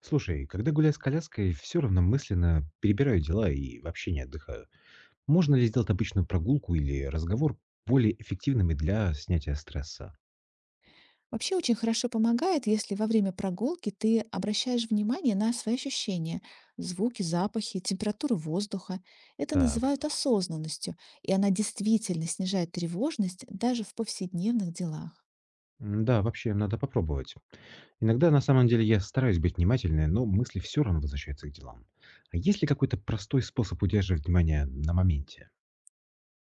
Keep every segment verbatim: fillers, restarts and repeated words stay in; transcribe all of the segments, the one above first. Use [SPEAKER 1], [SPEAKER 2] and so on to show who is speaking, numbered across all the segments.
[SPEAKER 1] Слушай, когда гуляю с коляской, все равно мысленно перебираю дела и вообще не отдыхаю. Можно ли сделать обычную прогулку или разговор более эффективными для снятия стресса?
[SPEAKER 2] Вообще очень хорошо помогает, если во время прогулки ты обращаешь внимание на свои ощущения, звуки, запахи, температуру воздуха. Это
[SPEAKER 1] Так,
[SPEAKER 2] называют осознанностью, и она действительно снижает тревожность даже в повседневных делах.
[SPEAKER 1] м, да, вообще надо попробовать. Иногда на самом деле я стараюсь быть внимательной, но мысли все равно возвращаются к делам. А есть ли какой-то простой способ удерживать внимание на моменте?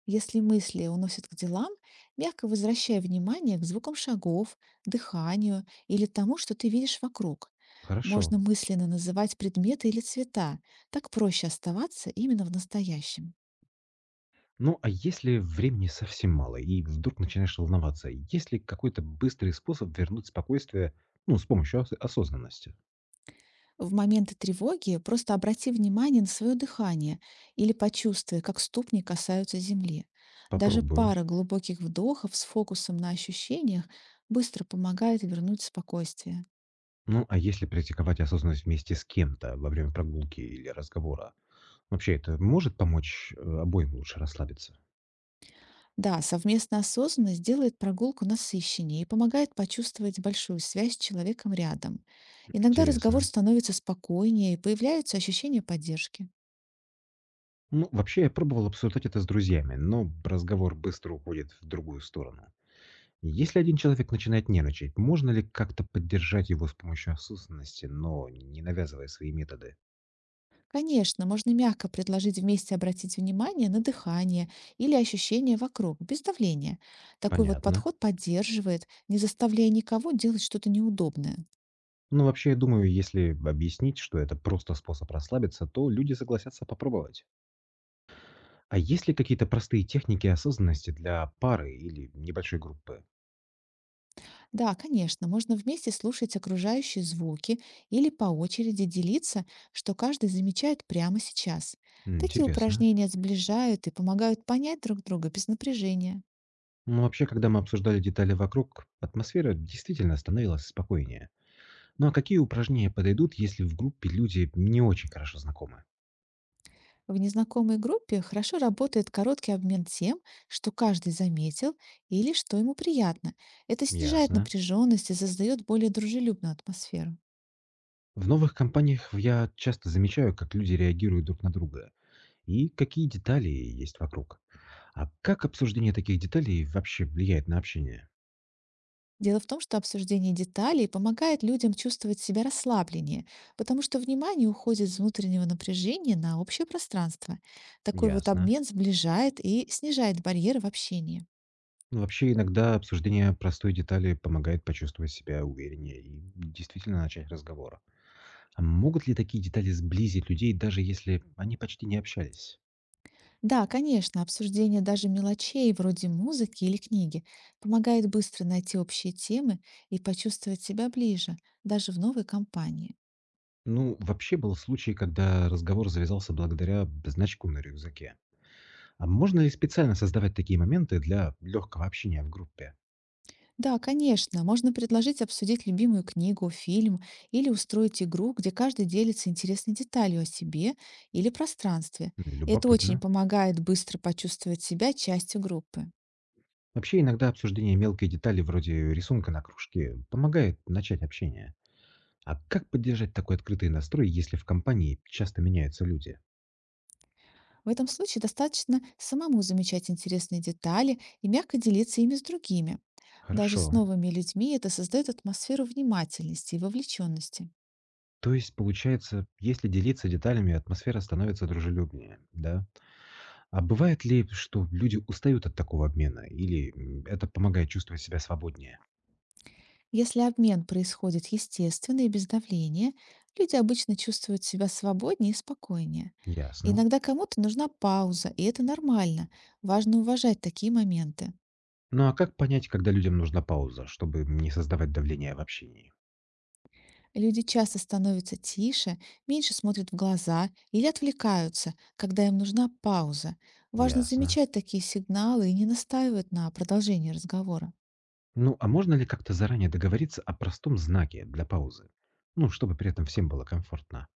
[SPEAKER 2] Если мысли уносят к делам, мягко возвращай внимание к звукам шагов, дыханию или тому, что ты видишь вокруг.
[SPEAKER 1] Хорошо.
[SPEAKER 2] Можно мысленно называть предметы или цвета, так проще оставаться именно в настоящем.
[SPEAKER 1] Ну а если времени совсем мало и вдруг начинаешь волноваться, есть ли какой-то быстрый способ вернуть спокойствие, ну, с помощью ос- осознанности?
[SPEAKER 2] В моменты тревоги просто обрати внимание на свое дыхание или почувствуй, как ступни касаются земли. Даже
[SPEAKER 1] Попробую.
[SPEAKER 2] пара глубоких вдохов с фокусом на ощущениях быстро помогает вернуть спокойствие.
[SPEAKER 1] Ну, а если практиковать осознанность вместе с кем-то во время прогулки или разговора, вообще это может помочь э, обоим лучше расслабиться?
[SPEAKER 2] Да, совместная осознанность делает прогулку насыщеннее и помогает почувствовать большую связь с человеком рядом. Иногда разговор
[SPEAKER 1] Интересно.
[SPEAKER 2] становится спокойнее и появляется ощущение поддержки.
[SPEAKER 1] Ну, вообще я пробовал обсуждать это с друзьями, но разговор быстро уходит в другую сторону. Если один человек начинает нервничать, можно ли как-то поддержать его с помощью осознанности, но не навязывая свои методы?
[SPEAKER 2] Конечно, можно мягко предложить вместе обратить внимание на дыхание или ощущения вокруг, без давления. Такой вот
[SPEAKER 1] Понятно.
[SPEAKER 2] подход поддерживает, не заставляя никого делать что-то неудобное.
[SPEAKER 1] Ну, вообще, я думаю, если объяснить, что это просто способ расслабиться, то люди согласятся попробовать. А есть ли какие-то простые техники осознанности для пары или небольшой группы?
[SPEAKER 2] Да, конечно, можно вместе слушать окружающие звуки или по очереди делиться, что каждый замечает прямо сейчас. Такие
[SPEAKER 1] Интересно.
[SPEAKER 2] упражнения сближают и помогают понять друг друга без напряжения.
[SPEAKER 1] Ну, вообще, когда мы обсуждали детали вокруг, атмосфера действительно становилась спокойнее. Ну а какие упражнения подойдут, если в группе люди не очень хорошо знакомы?
[SPEAKER 2] В незнакомой группе хорошо работает короткий обмен тем, что каждый заметил или что ему приятно. Это снижает
[SPEAKER 1] Ясно.
[SPEAKER 2] напряженность и создает более дружелюбную атмосферу.
[SPEAKER 1] В новых компаниях я часто замечаю, как люди реагируют друг на друга и какие детали есть вокруг. А как обсуждение таких деталей вообще влияет на общение?
[SPEAKER 2] Дело в том, что обсуждение деталей помогает людям чувствовать себя расслабленнее, потому что внимание уходит с внутреннего напряжения на общее пространство. Такой вот
[SPEAKER 1] Ясно.
[SPEAKER 2] обмен сближает и снижает барьеры в общении.
[SPEAKER 1] Ну, вообще, иногда обсуждение простой детали помогает почувствовать себя увереннее и действительно начать разговор. А могут ли такие детали сблизить людей, даже если они почти не общались?
[SPEAKER 2] Да, конечно, обсуждение даже мелочей вроде музыки или книги помогает быстро найти общие темы и почувствовать себя ближе, даже в новой компании.
[SPEAKER 1] Ну, вообще был случай, когда разговор завязался благодаря значку на рюкзаке. А можно ли специально создавать такие моменты для легкого общения в группе?
[SPEAKER 2] Да, конечно, можно предложить обсудить любимую книгу, фильм или устроить игру, где каждый делится интересной деталью о себе или пространстве.
[SPEAKER 1] М,
[SPEAKER 2] Это очень
[SPEAKER 1] любопытно.
[SPEAKER 2] помогает быстро почувствовать себя частью группы.
[SPEAKER 1] Вообще, иногда обсуждение мелкой детали вроде рисунка на кружке помогает начать общение. А как поддержать такой открытый настрой, если в компании часто меняются люди?
[SPEAKER 2] В этом случае достаточно самому замечать интересные детали и мягко делиться ими с другими. Даже с
[SPEAKER 1] Хорошо.
[SPEAKER 2] новыми людьми это создает атмосферу внимательности и вовлеченности.
[SPEAKER 1] То есть, получается, если делиться деталями, атмосфера становится дружелюбнее, да? А бывает ли, что люди устают от такого обмена, или м, это помогает чувствовать себя свободнее?
[SPEAKER 2] Если обмен происходит естественно и без давления, люди обычно чувствуют себя свободнее и спокойнее.
[SPEAKER 1] Ясно.
[SPEAKER 2] Иногда кому-то нужна пауза, и это нормально. Важно уважать такие моменты.
[SPEAKER 1] Ну а как понять, когда людям нужна пауза, чтобы не создавать давление в общении?
[SPEAKER 2] Люди часто становятся тише, меньше смотрят в глаза или отвлекаются, когда им нужна пауза. Важно
[SPEAKER 1] Ясно.
[SPEAKER 2] замечать такие сигналы и не настаивать на продолжении разговора.
[SPEAKER 1] Ну а можно ли как-то заранее договориться о простом знаке для паузы? Ну, чтобы при этом всем было комфортно.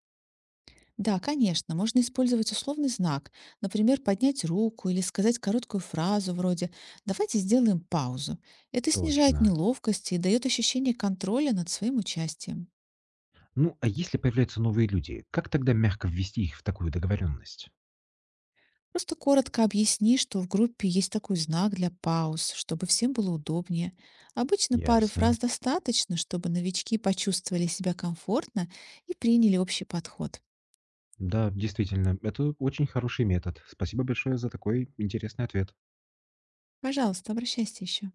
[SPEAKER 2] Да, конечно, можно использовать условный знак, например, поднять руку или сказать короткую фразу вроде «давайте сделаем паузу». Это снижает
[SPEAKER 1] Точно.
[SPEAKER 2] неловкость и дает ощущение контроля над своим участием.
[SPEAKER 1] Ну, а если появляются новые люди, как тогда мягко ввести их в такую договоренность?
[SPEAKER 2] Просто коротко объясни, что в группе есть такой знак для пауз, чтобы всем было удобнее. Обычно пары фраз
[SPEAKER 1] Ясно.
[SPEAKER 2] достаточно, чтобы новички почувствовали себя комфортно и приняли общий подход.
[SPEAKER 1] Да, действительно, это очень хороший метод. Спасибо большое за такой интересный ответ.
[SPEAKER 2] Пожалуйста, обращайся еще.